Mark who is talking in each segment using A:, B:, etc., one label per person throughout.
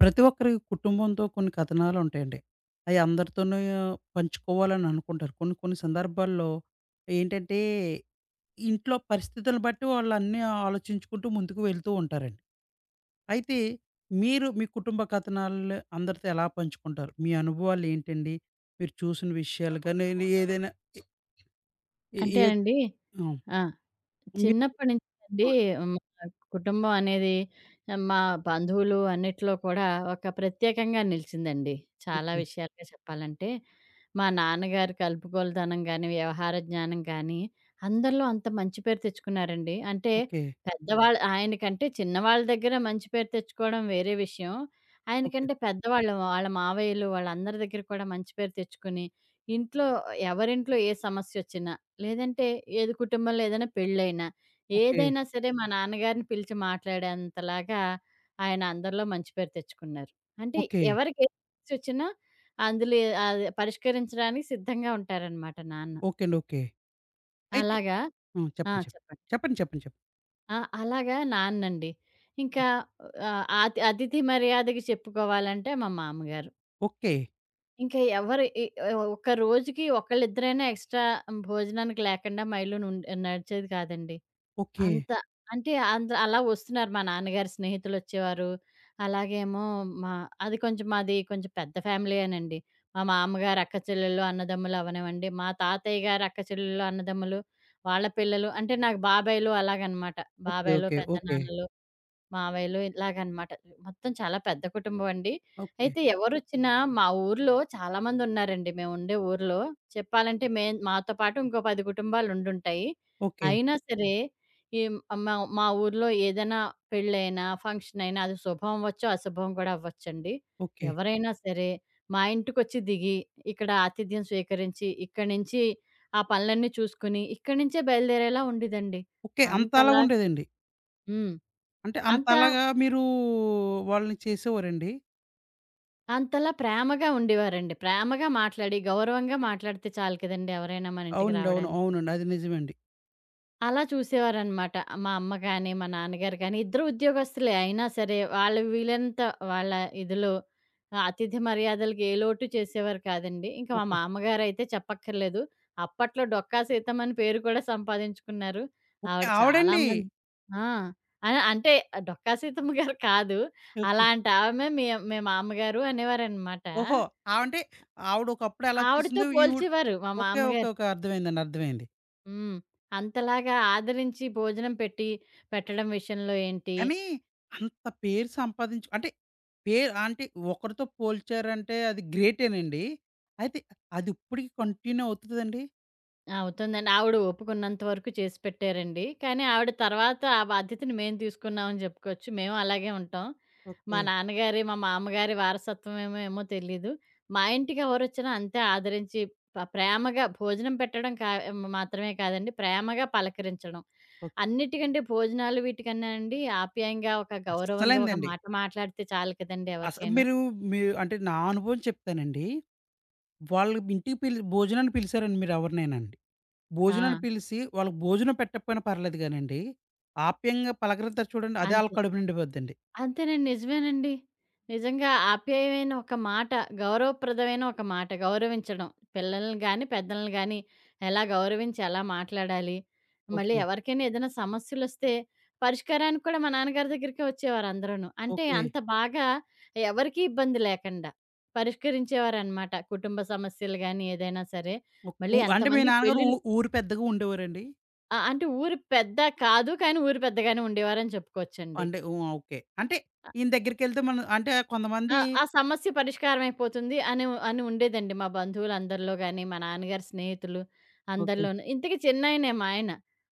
A: ప్రతి ఒక్కరి కుటుంబంతో కొన్ని కథనాలు ఉంటాయండి. అయి అందరితోనూ పంచుకోవాలని అనుకుంటారు. కొన్ని కొన్ని సందర్భాల్లో ఏంటంటే, ఇంట్లో పరిస్థితులను బట్టి వాళ్ళన్నీ ఆలోచించుకుంటూ ముందుకు వెళ్తూ ఉంటారండి. అయితే మీరు మీ కుటుంబ కథనాలు అందరితో ఎలా పంచుకుంటారు? మీ అనుభవాలు ఏంటండి? మీరు చూసిన విషయాలు కానీ ఏదైనా ఏ
B: అంటే
A: ఏ ఏ-
B: అండి
A: ఆ!
B: ఆ!
A: మీరు
B: చిన్నప్పటి నుంచి అండి మా కుటుంబం అనేది, మా బంధువులు అన్నిట్లో కూడా ఒక ప్రత్యేకంగా నిలిచిందండి. చాలా
A: ఓకే.
B: విషయాలుగా చెప్పాలంటే, మా నాన్నగారి కలుపుగోలుతనం గాని, వ్యవహార జ్ఞానం గాని, అందరిలో అంత మంచి పేరు తెచ్చుకున్నారండి. అంటే
A: ఓకే.
B: పెద్దవాళ్ళు ఆయనకంటే చిన్నవాళ్ళ దగ్గర మంచి పేరు తెచ్చుకోవడం వేరే విషయం.
A: ఓకే.
B: ఆయనకంటే పెద్దవాళ్ళు వాళ్ళ మావయ్యలు వాళ్ళందరి దగ్గర కూడా మంచి పేరు తెచ్చుకొని, ఇంట్లో ఎవరింట్లో ఏ సమస్యొచ్చినా, లేదంటే ఏది కుటుంబంలో ఏదైనా పెళ్ళైనా,
A: ఓకే.
B: ఏదైనా సరే మా నాన్నగారిని పిలిచి మాట్లాడేంతలాగా ఆయన అందరిలో మంచి పేరు తెచ్చుకున్నారు. అంటే
A: ఓకే.
B: ఎవరికి ఏ సమస్యొచ్చినా అది పరిష్కరించడానికి సిద్ధంగా ఉంటారనమాట నాన్న.
A: ఓకే అండి. ఓకే. అయితే
B: అలాగా.
A: ఆ!
B: ఆ!
A: చెప్పండి. చెప్పండి.
B: చెప్పండి.
A: చెప్పండి. చెప్పండి. చెప్పండి.
B: ఆ! అలాగా నాన్నండి. ఇంకా అతిథి మర్యాదకి చెప్పుకోవాలంటే మా మామగారు.
A: ఓకే.
B: ఇంకా ఎవరు ఈ ఒక రోజుకి ఒకళ్ళిద్దరైనా ఎక్స్‌ట్రా భోజనానికి లేకుండా మా ఇల్లు నడిచేది కాదండి.
A: ఓకే.
B: అంత అంటే అంద్ అలా వస్తున్నారు. మా నాన్నగారి స్నేహితులొచ్చేవారు. అలాగేమో మా అది కొంచెం, మాది కొంచెం పెద్ద ఫ్యామిలీయేనండి. మా మామగారు అక్క చెల్లెళ్ళు, అన్నదమ్ములు అవ్వనివ్వండి, మా తాతయ్య గారి అక్క చెల్లెళ్ళు, అన్నదమ్ములు వాళ్ళ పిల్లలు అంటే నాకు బాబాయిలు అలాగనమాట.
A: ఓకే.
B: బాబాయిలు,
A: ఓకే. ఓకే.
B: పెద్దనాన్నలు, మావయ్యలు ఇలాగనమాట. మొత్తం చాలా పెద్ద కుటుంబం అండి.
A: ఓకే.
B: అయితే ఎవరొచ్చినా మా ఊర్లో చాలామందున్నారండి. మేముండే ఊర్లో. చెప్పాలంటే మేం మాతో పాటు ఇంకో 10 కుటుంబాలుండుంటాయి.
A: ఓకే.
B: అయినా సరే ఈ మా మా ఊర్లో ఏదైనా పెళ్ళైనా, ఫంక్షనయినా అది శుభం అవ్వచ్చు, అశుభం కూడా అవ్వచ్చండి.
A: ఓకే.
B: ఎవరైనా సరే మా ఇంటికొచ్చి దిగి, ఇక్కడ ఆతిథ్యం స్వీకరించి, ఇక్కడి నుంచి ఆ పనులన్నీ చూసుకుని, ఇక్కడి నుంచే బయలుదేరేలా ఉండేదండి.
A: ఓకే.
B: అంతలా.
A: అంతలాగుండేదండి.
B: హ్మ్.
A: అంటే
B: అంత
A: అంతలాగా మీరు వాళ్ళని చేసేవారండి?
B: అంతలా ప్రేమగా ఉండేవారండి. ప్రేమగా మాట్లాడి, గౌరవంగా మాట్లాడితే చాలు కదండీ ఎవరైనా మన ఇంటికి
A: అవునండి. అవును.
B: రావడానికి.
A: అవునండి. అది నిజమండి.
B: అలా చూసేవారనమాట. మా అమ్మ గాని, మా నాన్నగారు గాని ఇద్దరు ఉద్యోగస్తులే అయినా సరే వాళ్ళు వీలంత, వాళ్ళ ఇదిలో ఆ అతిథి మర్యాదలకి ఏ లోటు చేసేవారు కాదండి. ఇంకా మా
A: ఓకే.
B: మామగారైతే చెప్పక్కర్లేదు. అప్పట్లో డొక్కా సీతమ్మ అని పేరు కూడా సంపాదించుకున్నారు.
A: ఓకే.
B: ఆవిడ చాలా
A: ఆవిడండి.
B: మంది. ఆ! అ అంటే డొక్కా సీతమ్మ గారు కాదు.
A: ఓకే.
B: అలాంటామె మీ మీ మామ్మగారు అనేవారనమాట.
A: ఓహో! ఆహ్, అంటే ఆవిడ ఒకప్పుడు ఎలా
B: ఆవిడతో
A: చేసిందో ఈవిడ
B: పోల్చేవారు మా
A: ఓకే. ఓకే.
B: మామగారు.
A: ఓకే. అర్థమైందండి. అర్థమైంది.
B: హ్మ్. అంతలాగా ఆదరించి భోజనం పెట్టి పెట్టడం విషయంలో ఏంటి?
A: కానీ అంత పేరు సంపాదించు అంటే పేరు అంటే ఒకరితో పోల్చారంటే అది గ్రేటేనండి. అయితే అదిప్పటికి కంటిన్యూ అవుతదండి?
B: అవుతుందండి. ఆవిడ ఒప్పుకున్నంత వరకు చేసి పెట్టారండి. కానీ ఆవిడ తర్వాత ఆ బాధ్యతని మేము తీసుకున్నామని చెప్పుకోవచ్చు. మేము అలాగే ఉంటాం. మా
A: ఓకే.
B: నాన్నగారి, మా మామగారి వారసత్వమేమో, ఏమో ఏమో తెలీదు. మా ఇంటికి ఎవరొచ్చినా అంతే ఆదరించి ప్రేమగా భోజనం పెట్టడం మాత్రమే కాదండి, ప్రేమగా పలకరించడం.
A: ఓకే.
B: అన్నిటికంటే భోజనాలు వీటికన్నా అండి ఆప్యాయంగా ఒక గౌరవంగా ఒక
A: అస్సలైందండి.
B: మాట మాట్లాడితే చాలు కదండీ ఎవరికైనా.
A: మీరు మీ అంటే నా అనుభవం చెప్తానండి. వాళ్ళు ఇంటికి భోజనానికి పిలిసారండి మీరెవరినైనాండి.
B: ఆ!
A: భోజనానికి పిలిసి వాళ్ళకి భోజనం పెట్టకపోయినా పర్లేదు గానండి, ఆప్యాయంగా పలకరిత్తారు చూడండి అదే ఆళ్ళ
B: అంతే.
A: కడుపు నిండిపోద్దండి.
B: అంతేనండి. నిజమేనండి. నిజంగా ఆప్యాయమైన ఒక మాట, గౌరవప్రదమైన ఒక మాట, గౌరవించడం. పిల్లల్ని గాని, పెద్దల్ని గాని ఎలా గౌరవించి ఎలా మాట్లాడాలి? మళ్ళీ
A: ఓకే.
B: ఎవరికైనా ఏదైనా సమస్యలొస్తే పరిష్కారానికి కూడా మా నాన్నగారి దగ్గరికే వచ్చేవారందరూను. అంటే
A: ఓకే.
B: అంత బాగా ఎవరికీ ఇబ్బంది లేకండా పరిష్కరించేవారనమాట. కుటుంబ సమస్యలు గాని, ఏదైనా సరే.
A: ఒ
B: మళ్ళీ
A: ఉ అంటే మీ
B: ఎంతమంది
A: నాన్నగారు
B: పెళ్ళిళ్ళు.
A: ఊరు పెద్దగా ఉండేవారండి?
B: ఆ! అంటే ఊరు పెద్ద కాదు, కానీ ఊరు పెద్దగానే ఉండేవారని చెప్పుకోవచ్చండి.
A: అంటే హ్మ్. ఓకే. అంటే ఈయన దగ్గరికెళ్తే మనం అంటే
B: ఆ!
A: కొంతమంది
B: ఆ సమస్య పరిష్కారం అయిపోతుంది అని అని ఉండేదండి మా బంధువులందరిలో గాని, మా నాన్నగారి స్నేహితులు
A: ఓకే.
B: అందరిలోను. ఇంతకీ చిన్నాయనే మా ఆయన.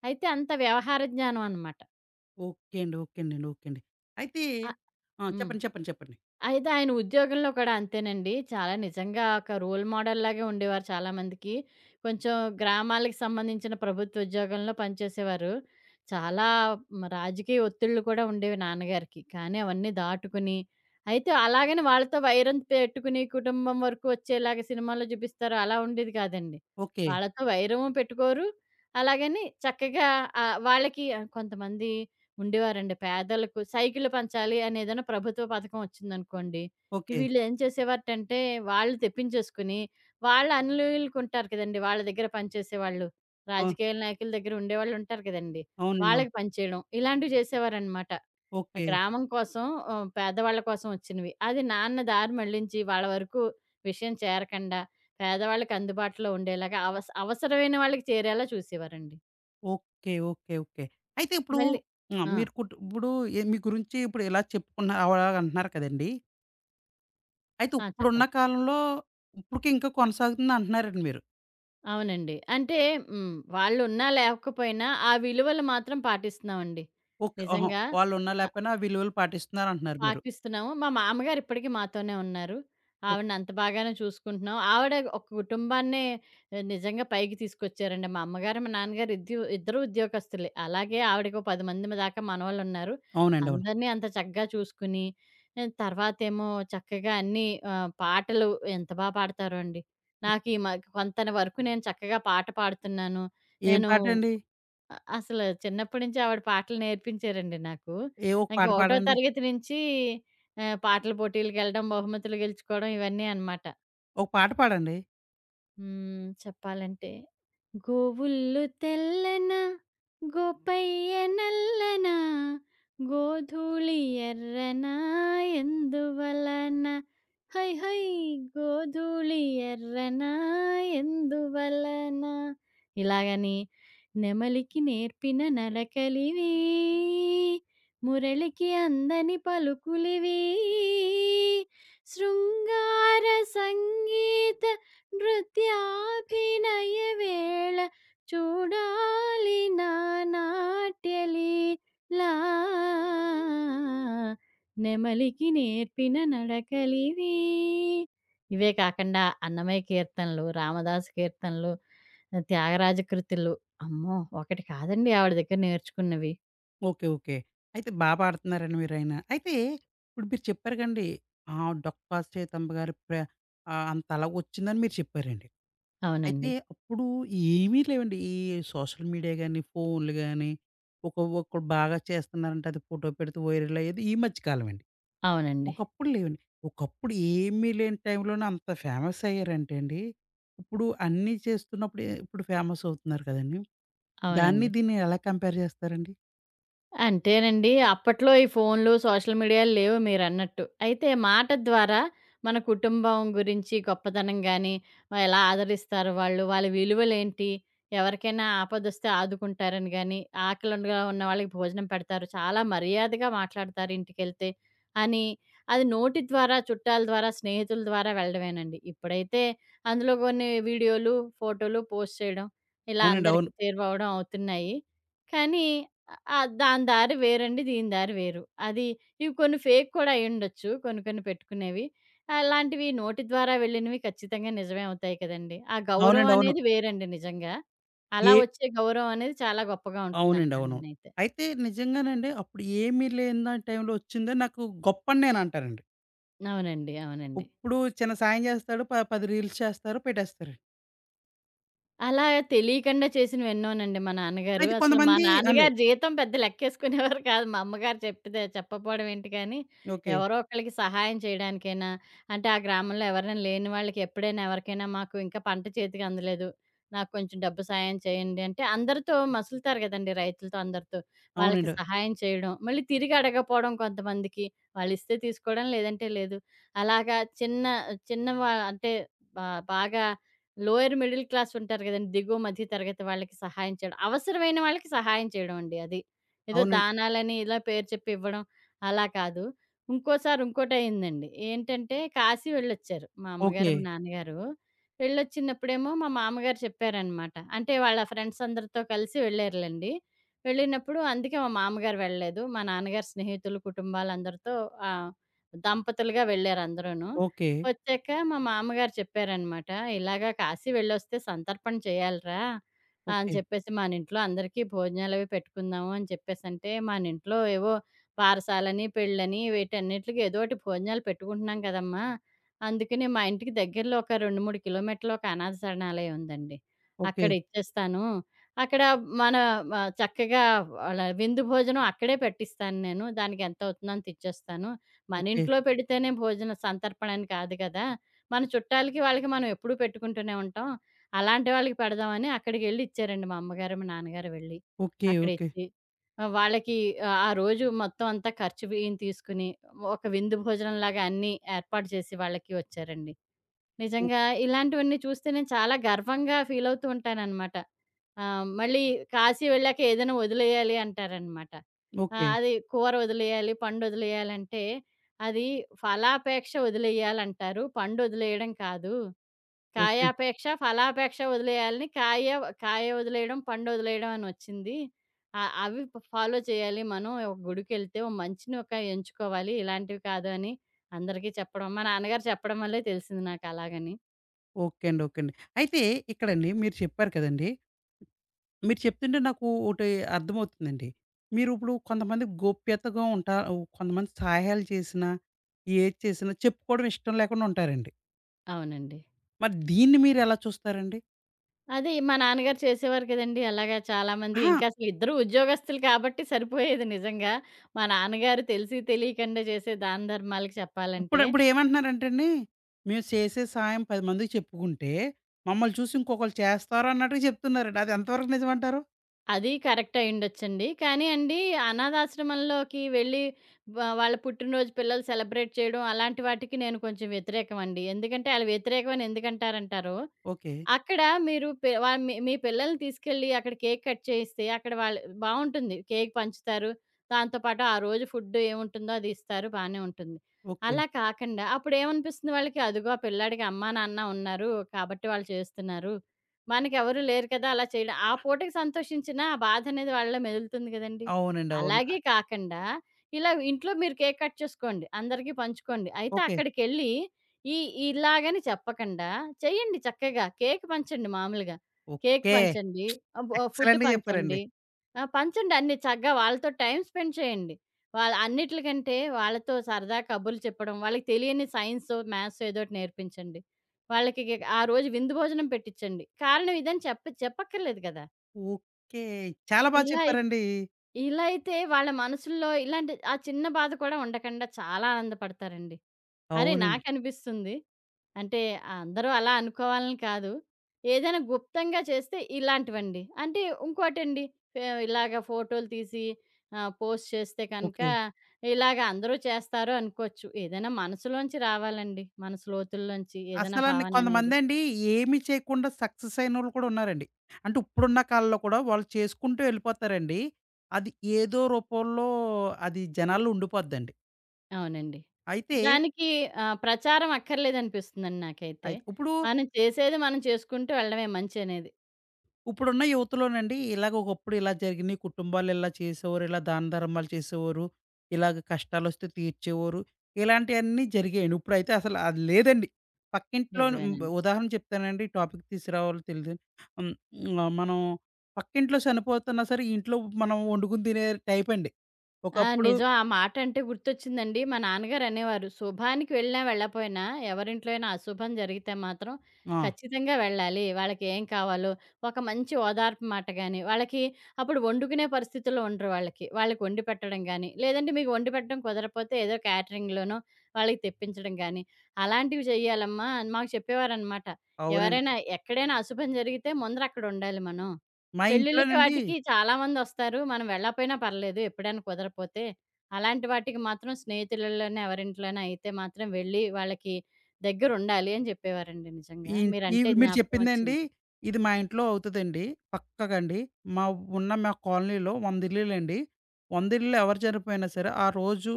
B: అయితే అంత వ్యవహార జ్ఞానం అనమాట.
A: ఓకే అండి. ఓకే అండి. అండి, ఓకే అండి. అయితే ఆ!
B: హ్మ్.
A: చెప్పండి. చెప్పండి. చెప్పండి.
B: అయితే ఆయన ఉద్యోగంలో కూడా అంతేనండి. చాలా నిజంగా ఒక రోల్ మోడల్‌లాగే ఉండేవారు చాలామందికి. కొంచెం గ్రామాలకు సంబంధించిన ప్రభుత్వ ఉద్యోగంలో పనిచేసేవారు. చాలా రాజకీయ ఒత్తిళ్ళు కూడా ఉండేవి నాన్నగారికి. కానీ అవన్నీ దాటుకుని, అయితే అలాగని వాళ్ళతో వైరం పెట్టుకుని కుటుంబం వరకు వచ్చేలాగా సినిమాల్లో చూపిస్తారు అలా ఉండేది కాదండి.
A: ఓకే.
B: వాళ్ళతో వైరము పెట్టుకోరు. అలాగని చక్కగా వాళ్ళకి కొంతమంది ఉండేవారండి. పేదలకు సైకిళ్ళు పంచాలి అని ఏదైనా ప్రభుత్వ పథకం వచ్చిందనుకోండి, ఈ
A: ఓకే.
B: వీళ్ళు ఏం చేసేవాటంటే వాళ్ళు తెప్పించేసుకొని, వాళ్ళ అనుయాయులకు ఉంటారు కదండీ! వాళ్ళ దగ్గర పనిచేసేవాళ్ళు,
A: అవును.
B: రాజకీయ నాయకుల దగ్గర ఉండేవాళ్ళుంటారు కదండీ,
A: అవునండి. అవును.
B: వాళ్ళకి పంచేయడం, ఇలాంటివి చేసేవారనమాట.
A: ఓకే.
B: గ్రామం కోసం, పేదవాళ్ళ కోసం వచ్చినవి అది నాన్న దారి మళ్ళించి వాళ్ళ వరకు విషయం చేరకండా, పేదవాళ్ళకి అందుబాటులో ఉండేలాగా అవసరమైన వాళ్ళకి చేరేలా చూసేవారండి.
A: ఓకే. ఓకే. ఓకే. అయితే ఇప్పుడు
B: మళ్ళీ.
A: హ్మ్.
B: ఆ!
A: మీరు ఇప్పుడు మీ గురించి ఇప్పుడు ఇలా చెప్పుకున్నారు అలాగ అంటున్నారు కదండీ! అయితే
B: ఆ!
A: ఇప్పుడున్న
B: చెప్పండి.
A: కాలంలో ఇప్పటికి ఇంకా కొనసాగుతుంది అంటున్నారండి మీరు.
B: అవునండి, అంటే, వాళ్ళున్నా లేకపోయినా ఆ విలువలు మాత్రం పాటిస్తున్నామండి.
A: ఓకే. ఆహా!
B: నిజంగా.
A: వాళ్ళున్నా లేకపోయినా ఆ విలువలు పాటిస్తున్నారు అంటున్నారు మీరు.
B: పాటిస్తున్నాము. మా మామగారు ఇప్పటికి మాతోనే ఉన్నారు.
A: ఓకే.
B: ఆవిడని అంత బాగానే చూసుకుంటున్నాం. ఆవిడ ఒక కుటుంబాన్నే నిజంగా పైకి తీసుకొచ్చారండి. మా అమ్మగారు, మా నాన్నగారు ఇద్దరు ఉద్యోగస్తులే. అలాగే ఆవిడకో 10 మంది దాకా మనవళ్ళున్నారు.
A: అవునండి. అవును.
B: అందరినీ అంత చక్కగా చూసుకుని, తర్వాతేమో చక్కగా అన్నీ, పాటలు ఎంత పాడతారో అండి. నాకు ఈ మ కొంత వరకు నేను చక్కగా పాట పాడుతున్నాను.
A: ఏం
B: నేను
A: పాటండి?
B: అసలు చిన్నప్పటి నుంచి ఆవిడ పాటలు నేర్పించారండి నాకు.
A: ఒక
B: ఇంక
A: పాట
B: ఒకటో
A: పాడండి.
B: తరగతి నుంచి పాటల పోటీలకెళ్ళడం, బహుమతులు గెలుచుకోవడం ఇవన్నీ అనమాట.
A: ఒక పాట పాడండి.
B: చెప్పాలంటే, గోవుల్లు తెల్లన, గోపయ్య నల్లన, గోధూళి ఎర్రన ఎందువలన? హై! హై! గోధూళి ఎర్రన ఎందువలన? ఇలాగని, నెమలికి నేర్పిన నడకలివి, మురళికి అందని పలుకులివి, శృంగార సంగీత నృత్యాభినయ వేళ చూడాలి నా నాట్యలీలా, నెమలికి నేర్పిన నడకలివి. ఇవే కాకుండా అన్నమయ్య కీర్తనలు, రామదాసు కీర్తనలు, త్యాగరాజ కృతులు, అమ్మో ఒకటి కాదండి ఆవిడ దగ్గర నేర్చుకున్నవి.
A: ఓకే. ఓకే. అయితే బా పాడుతున్నారండి మీరైనా. అయితే ఇప్పుడు మీరు చెప్పారు కండి. ఆహ్, 'డొక్కా సైతమ్మ' గారి ఆహ్, అంత అలాగొచ్చిందని మీరు చెప్పారండి. అయితే
B: అవునండి.
A: అప్పుడు ఏమీ లేవండి. ఈ సోషల్ మీడియా గాని, ఫోన్‌లు గాని, ఒక బాగా చేస్తున్నారంటే అది ఫోటో పెడితే వైరల్ అయ్యేది ఈ మధ్య కాలం అండి.
B: అవునండి.
A: ఒకప్పుడు లేవండి. ఒకప్పుడు ఏమీ లేని టైంలోనే అంత ఫేమస్ అయ్యారంటే అండి. ఇప్పుడు అన్నీ చేస్తున్నప్పుడు ఇప్పుడు ఫేమస్ అవుతున్నారు కదండీ! దాన్ని
B: అవునండి.
A: దీన్ని ఎలా కంపేర్ చేస్తారండి?
B: అంతేనండి. అప్పట్లో ఈ ఫోన్లు, సోషల్ మీడియాలు లేవు మీరన్నట్టు. అయితే మాట ద్వారా మన కుటుంబం గురించి గొప్పతనం గాని, ఎలా ఆదరిస్తారు వాళ్ళు, వాళ్ళ విలువలేంటి, ఎవరికైనా ఆపదొస్తే ఆదుకుంటారని గాని, ఆకలిగా ఉన్న వాళ్ళకి భోజనం పెడతారు, చాలా మర్యాదగా మాట్లాడతారు ఇంటికెళ్తే అని, అది నోటి ద్వారా, చుట్టాల ద్వారా, స్నేహితుల ద్వారా వెళ్ళడమేనండి. ఇప్పుడైతే అందులో కొన్ని వీడియోలు, ఫోటోలు పోస్ట్ చేయడం, ఇలా
A: అవునండి.
B: అందరికీ
A: అవును.
B: చేరువవ్వడం అవుతున్నాయి. కానీ దాని దారి వేరండి, దీని దారి వేరు. అది ఇవి కొన్ని ఫేక్ కూడా అయ్యుండొచ్చు, కొన్ని కొన్ని పెట్టుకునేవి. అలాంటివి నోటి ద్వారా వెళ్ళినవి ఖచ్చితంగా నిజమే అవుతాయి కదండీ! ఆ గౌరవం
A: అవునండి. అవును.
B: అనేది వేరండి నిజంగా. అలా
A: ఏ
B: వచ్చే గౌరవం అనేది చాలా గొప్పగా
A: అవునండి.
B: ఉంటుందంటాను
A: అవును.
B: నేనైతే.
A: అయితే నిజంగానండి అప్పుడు ఏమీ లేని దాని టైంలో వచ్చిందే నాకు గొప్పని నేనంటానండి.
B: అవునండి. అవునండి.
A: ఇప్పుడు చిన్న సాయం చేస్తాడు. 10 రీల్స్ చేస్తారు పెట్టేస్తారు.
B: అలా తెలియకుండా చేసినవి ఎన్నోనండి మా నాన్నగారు.
A: అయితే
B: అసలు మా
A: కొంతమంది అండి
B: నాన్నగారు జీతం పెద్ద లెక్కేసుకునేవారు కాదు. మా అమ్మగారు చెప్పితే చెప్పపోవడం ఏంటి కానీ,
A: ఓకే.
B: ఎవరో ఒకళ్ళకి సహాయం చేయడానికైనా, అంటే ఆ గ్రామంలో ఎవరైనా లేని వాళ్ళకి ఎప్పుడైనా ఎవరికైనా మాకు ఇంకా పంట చేతికి అందలేదు, నాకు కొంచెం డబ్బు సాయం చేయండి అంటే, అందరితో మసులుతారు కదండీ రైతులతో అందరితో. వాళ్ళకి
A: అవునండి.
B: సహాయం చేయడం, మళ్ళీ తిరిగి అడగపోవడం కొంతమందికి. వాళ్ళిస్తే తీసుకోవడం, లేదంటే లేదు. అలాగా చిన్న చిన్న వా అంటే బా బాగా లోయర్ మిడిల్ క్లాస్ ఉంటారు గదండీ, దిగువ మధ్య తరగతి వాళ్ళకి సహాయం చేయడం, అవసరమైన వాళ్ళకి సహాయం చేయడం అండి అది. ఏదో
A: అవునండి.
B: దానాలని ఇలా పేరు చెప్పి ఇవ్వడం అలా కాదు. ఇంకోసారి ఇంకోటయిందండి. ఏంటంటే కాశీ వెళ్ళొచ్చారు మా అమ్మగారు,
A: ఓకే.
B: మా నాన్నగారు. వెళ్ళొచ్చినప్పుడేమో మా మామగారు చెప్పారనమాట. అంటే వాళ్ళ ఫ్రెండ్స్ అందరితో కలిసి వెళ్ళారులెండి. వెళ్ళినప్పుడు అందుకే మా మామగారు వెళ్ళలేదు. మా నాన్నగారు స్నేహితులు, కుటుంబాలందరితో ఆహ్, దంపతులుగా వెళ్లారందరూను.
A: ఓకే.
B: వచ్చాక మా మామగారు చెప్పారనమాట, "ఇలాగ కాశీ వెళ్ళొస్తే సంతర్పణ చేయాలిరా" అని
A: ఓకే.
B: చెప్పేసి, "మనింట్లో అందరికీ భోజనాలవి పెట్టుకుందాము" అని చెప్పేసంటే, మనింట్లో ఏవో బారసాలని, పెళ్ళని వీటన్నిటికి ఏదోటి భోజనాలు పెట్టుకుంటున్నాం కదమ్మా! అందుకని మా ఇంటికి దగ్గరలో ఒక 2, 3 కిలోమీటర్లు ఒక అనాథ శరణాలయం ఉందండి.
A: ఓకే.
B: అక్కడ ఇచ్చేస్తాను. అక్కడ మన మ చక్కగా వాళ్ళ విందు భోజనం అక్కడే పెట్టిస్తాను నేను. దానికెంతవుతుందో అంతిచ్చేస్తాను. మన
A: ఓకే.
B: ఇంట్లో పెడితేనే భోజన సంతర్పణ అని కాదు కదా! మన చుట్టాలకి, వాళ్ళకి మనం ఎప్పుడూ పెట్టుకుంటూనే ఉంటాం. అలాంటి వాళ్ళకి పెడదామని అక్కడికెళ్ళి ఇచ్చారండి మా అమ్మగారు, మా నాన్నగారు వెళ్ళి.
A: ఓకే. ఓకే.
B: అక్కడిచ్చి, వాళ్ళకి ఆ రోజు మొత్తం అంతా ఖర్చు ఈయన తీసుకుని, ఒక విందు భోజనంలాగా అన్నీ ఏర్పాటు చేసి వాళ్ళకి వచ్చారండి.
A: ఓ
B: నిజంగా ఇలాంటివన్నీ చూస్తే నేను చాలా గర్వంగా ఫీలవుతూ ఉంటాననమాట. మళ్ళీ కాశీ వెళ్ళాక ఏదైనా వదిలేయాలి అంటారనమాట.
A: ఓకే. ఓకే.
B: అది కూర వదిలేయాలి, పండొదిలేయాలంటే, అది ఫలాపేక్ష వదిలేయాలంటారు, పండొదిలేయడం కాదు. కాయాపేక్ష, ఫలాపేక్ష వదిలేయాలని, కాయ కాయ వదిలేయడం, పండొదిలేయడం అనొచ్చింది. అవి ఫాలో చేయాలి మనం. ఒక గుడికెళ్తే ఓ మంచిని ఒక ఎంచుకోవాలి, ఇలాంటివి కాదు అని అందరికీ చెప్పడం, మా నాన్నగారు చెప్పడం వల్లే తెలిసింది నాకు అలాగని.
A: ఓకే అండి. ఓకే అండి. అయితే ఇక్కడండి మీరు చెప్పారు కదండీ! మీరు చెప్తుంటే నాకు ఒకటి అర్థమవుతుందండి. మీరిప్పుడు కొంతమంది గోప్యతగా ఉంటా కొంతమంది సహాయాలు చేసినా, ఏది చేసినా చెప్పుకోవడం ఇష్టం లేకుండా ఉంటారండి.
B: అవునండి.
A: మరి దీన్ని మీరెలా చూస్తారండి?
B: అది మా నాన్నగారు చేసేవారు కదండీ! అలాగా చాలామంది
A: అహా!
B: ఇంకా అసలు ఇద్దరు ఉద్యోగస్తులు కాబట్టి సరిపోయేది నిజంగా. మా నాన్నగారు తెలిసి తెలియకుండా చేసే దాన ధర్మాలకి
A: ఇప్పుడు
B: చెప్పాలంటే.
A: ఇప్పుడు ఏమంటున్నారంటేండి, మేము చేసే సహాయం 10 మందికి చెప్పుకుంటే, మమ్మల్ని చూసి ఇంకొకళ్ళు చేస్తారు అన్నట్టుగా చెప్తున్నారండి. అది ఎంతవరకు నిజమంటారు?
B: అది కరెక్ట్ అయ్యుండొచ్చండి. కానీ అండి, అనాథాశ్రమంలోకి వెళ్ళి వాళ్ళ పుట్టినరోజు పిల్లలు సెలబ్రేట్ చేయడం అలాంటి వాటికి నేను కొంచెం వ్యతిరేకం అండి. ఎందుకంటే ఆళ్ళు వ్యతిరేకం అని ఎందుకంటారంటారో,
A: ఓకే.
B: అక్కడ మీరు పి వా మీ మీ పిల్లల్ని తీసుకెళ్ళి అక్కడ కేక్ కట్ చేయిస్తే అక్కడ వాళ్ళు బావుంటుంది. కేక్ పంచుతారు. దాంతో పాటు ఆ రోజు ఫుడ్ ఏముంటుందో అది ఇస్తారు, బానే ఉంటుంది.
A: ఓకే.
B: అలా కాకండా అప్పుడేమనిపిస్తుంది వాళ్ళకి అదిగో ఆ పిల్లాడికి అమ్మా, నాన్న ఉన్నారు కాబట్టి వాళ్ళు చేస్తున్నారు, మనకెవరు లేరు కదా అలా చేయడం. ఆ పూటకి సంతోషించినా ఆ బాధనేది వాళ్ళలో మెదులుతుంది గదండీ!
A: అవునండి. అవును.
B: అలాగే కాకండా, ఇలా ఇంట్లో మీరు కేక్ కట్ చేసుకోండి, అందరికీ పంచుకోండి. అయితే
A: ఓకే.
B: అక్కడికెళ్ళి ఈ ఇలాగని చెప్పకండా చెయ్యండి చక్కగా. కేక్ పంచండి మామూలుగా. Cake
A: okay.
B: పంచండి. ఆహ్, బొ ఫుడ్
A: ఎక్సలెంట్‌గా చెప్పారండి.
B: పంచండి. ఆ! పంచండి అన్ని చక్కగా, వాళ్ళతో టైమ్ స్పెండ్ చేయండి. వాళ్ళ అన్నిట్లికంటే వాళ్ళతో సరదా కబుర్లు చెప్పడం, వాళ్ళకి తెలియని సైన్సో, మ్యాథ్సో ఏదోటి నేర్పించండి. వాళ్ళకి ఆ రోజు విందు భోజనం పెట్టిచ్చండి, కారణం ఇదని చెప్పక్కర్లేదు కదా!
A: ఓకే. చాలా బా
B: ఇలా అయిత్
A: చెప్పారండి.
B: ఇలా అయితే వాళ్ళ మనసుల్లో ఇలాంటి ఆ చిన్న బాధ కూడా ఉండకండా చాలా ఆనందపడతారండి. అరే!
A: అవునండి.
B: నాకనిపిస్తుంది, అంటే, ఆ అందరూ అలా అనుకోవాలని కాదు, ఏదైనా గుప్తంగా చేస్తే ఇలాంటివండి. అంటే ఇంకోటండి, ఇలాగ ఫోటోలు తీసి పోస్ట్ చేస్తే కనుక
A: ఓకే.
B: ఇలాగ అందరూ చేస్తారు అనుకోవచ్చు. ఏదైనా మనసులోంచి రావాలండి, మన లోతుల్లోంచి ఏదైనా
A: అసలండి
B: భావననేది.
A: కొంతమందండి ఏమి చేయకుండా సక్సెస్ అయినోళ్ళు కూడా ఉన్నారండి. అంటే ఇప్పుడున్న కాలంలో కూడా వాళ్ళు చేసుకుంటూ వెళ్ళిపోతారండి. అది ఏదో రూపంలో అది జనాల్లో ఉండిపోద్దండి.
B: అవునండి.
A: అయితే,
B: దానికి ప్రచారం అక్కర్లేదనిపిస్తుందండి నాకైతే.
A: అయితే ఇప్పుడు
B: మనం చేసేది మనం చేసుకుంటూ వెళ్ళడమే మంచనేది.
A: ఇప్పుడున్న యువతలోనండి ఇలాగ ఒకప్పుడు ఇలా జరిగినాయి. కుటుంబాలు ఇలా చేసేవారు. ఇలా దాన ధర్మాలు చేసేవారు. ఇలాగ కష్టాలొస్తే తీర్చేవారు. ఇలాంటియన్నీ జరిగాయండి. ఇప్పుడైతే అసలు అది లేదండి. పక్కింట్లోను హ్మ్.
B: నిజమేనండి.
A: ఉదాహరణ చెప్తానండి. టాపిక్ తీసుకురావాలో తెలీదు. హ్మ్. ఆహ్, మనం పక్కింట్లో చనిపోతున్నా సరే, ఇంట్లో మనం వండుకొని తినే టైపండి.
B: ఆ!
A: ఒకప్పుడు
B: నిజం. ఆ మాటంటే గుర్తొచ్చిందండి. మా నాన్నగారు అనేవారు, "శుభానికి వెళ్ళినా వెళ్ళపోయినా, ఎవరింట్లో అయినా అశుభం జరిగితే మాత్రం
A: ఆ!
B: ఖచ్చితంగా వెళ్ళాలి. వాళ్ళకేం కావాలో ఒక మంచి ఓదార్పు మాట గాని, వాళ్ళకి అప్పుడు వండుకునే పరిస్థితుల్లో ఉండరు వాళ్ళకి, వాళ్ళకి వండి పెట్టడం గాని, లేదంటే మీకు వండి పెట్టడం కుదరపోతే ఏదో క్యాటరింగ్‌లోనో వాళ్ళకి తెప్పించడం గాని, అలాంటివి చెయ్యాలమ్మా" అని మాకు చెప్పేవారనమాట.
A: అవునండి.
B: ఎవరైనా ఎక్కడైనా అశుభం జరిగితే ముందర అక్కడుండాలి మనం.
A: మా
B: పెళ్ళిళ్ళకి
A: ఇంట్లోనండి
B: వాటికి చాలామందొస్తారు, మనం వెళ్ళకపోయినా పర్లేదు ఎప్పుడైనా కుదరపోతే. అలాంటి వాటికి మాత్రం స్నేహితులలోనే ఎవరింట్లోనే అయితే మాత్రం వెళ్ళి వాళ్ళకి దగ్గరుండాలి అని చెప్పేవారండి నిజంగా.
A: ఈ
B: మీరంటే
A: ఇవి మీరు
B: జ్ఞాపకం
A: చెప్పిందండి,
B: వచ్చింది.
A: ఇది మా ఇంట్లో అవుతదండి. పక్కాగండి. మా ఉన్న మా కాలనీలో 100 ఇల్లులండి. 100 ఇల్లులో ఎవరు చనిపోయినా సరే, ఆ రోజు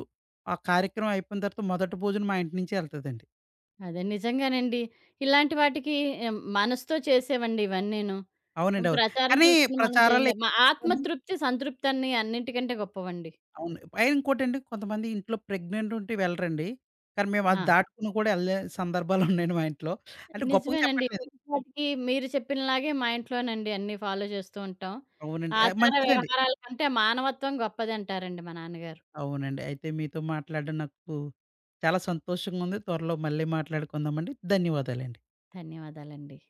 A: ఆ కార్యక్రమం అయిపోయిన తర్వాత మొదటి భోజనం మా ఇంటి నుంచే ఎళ్తదండి.
B: అదే నిజంగానండి. ఇలాంటి వాటికి మనసుతో చేసేవండి ఇవన్నీను.
A: అవునండి. అవును.
B: ప్రచారం
A: కానీ
B: చూసుకుని మనం చేయం
A: ప్రచారాలు
B: గా. మా
A: ఎక్కువుంటాయండి.
B: ఆత్మతృప్తి, సంతృప్తన్ని అన్నిటికంటే గొప్పవండి.
A: అవును. పైన ఇంకోటండి కొంతమంది ఇంట్లో ప్రెగ్నెంట్ ఉంటే వెళ్ళరండి. కానీ మేము అది
B: ఆ!
A: దాటుకుని కూడా ఎళ్ళే సందర్భాలున్నాయండి మా ఇంట్లో. అంటే గొప్పగా
B: నిజమేనండి.
A: చెప్పట్లేదు.
B: వాటికి మీరు చెప్పినలాగే మా ఇంట్లోనండి అన్నీ ఫాలో చేస్తూ ఉంటాం.
A: అవునండి. ఆహ్,
B: ఆచార
A: మంచిదండి.
B: వ్యవహారాల కంటే మానవత్వం గొప్పదంటారండి మా నాన్నగారు.
A: అవునండి. అయితే మీతో మాట్లాడడం నాకు చాలా సంతోషంగా ఉంది. త్వరలో మళ్ళీ మాట్లాడుకుందామండి. ధన్యవాదాలండి.
B: ధన్యవాదాలండి.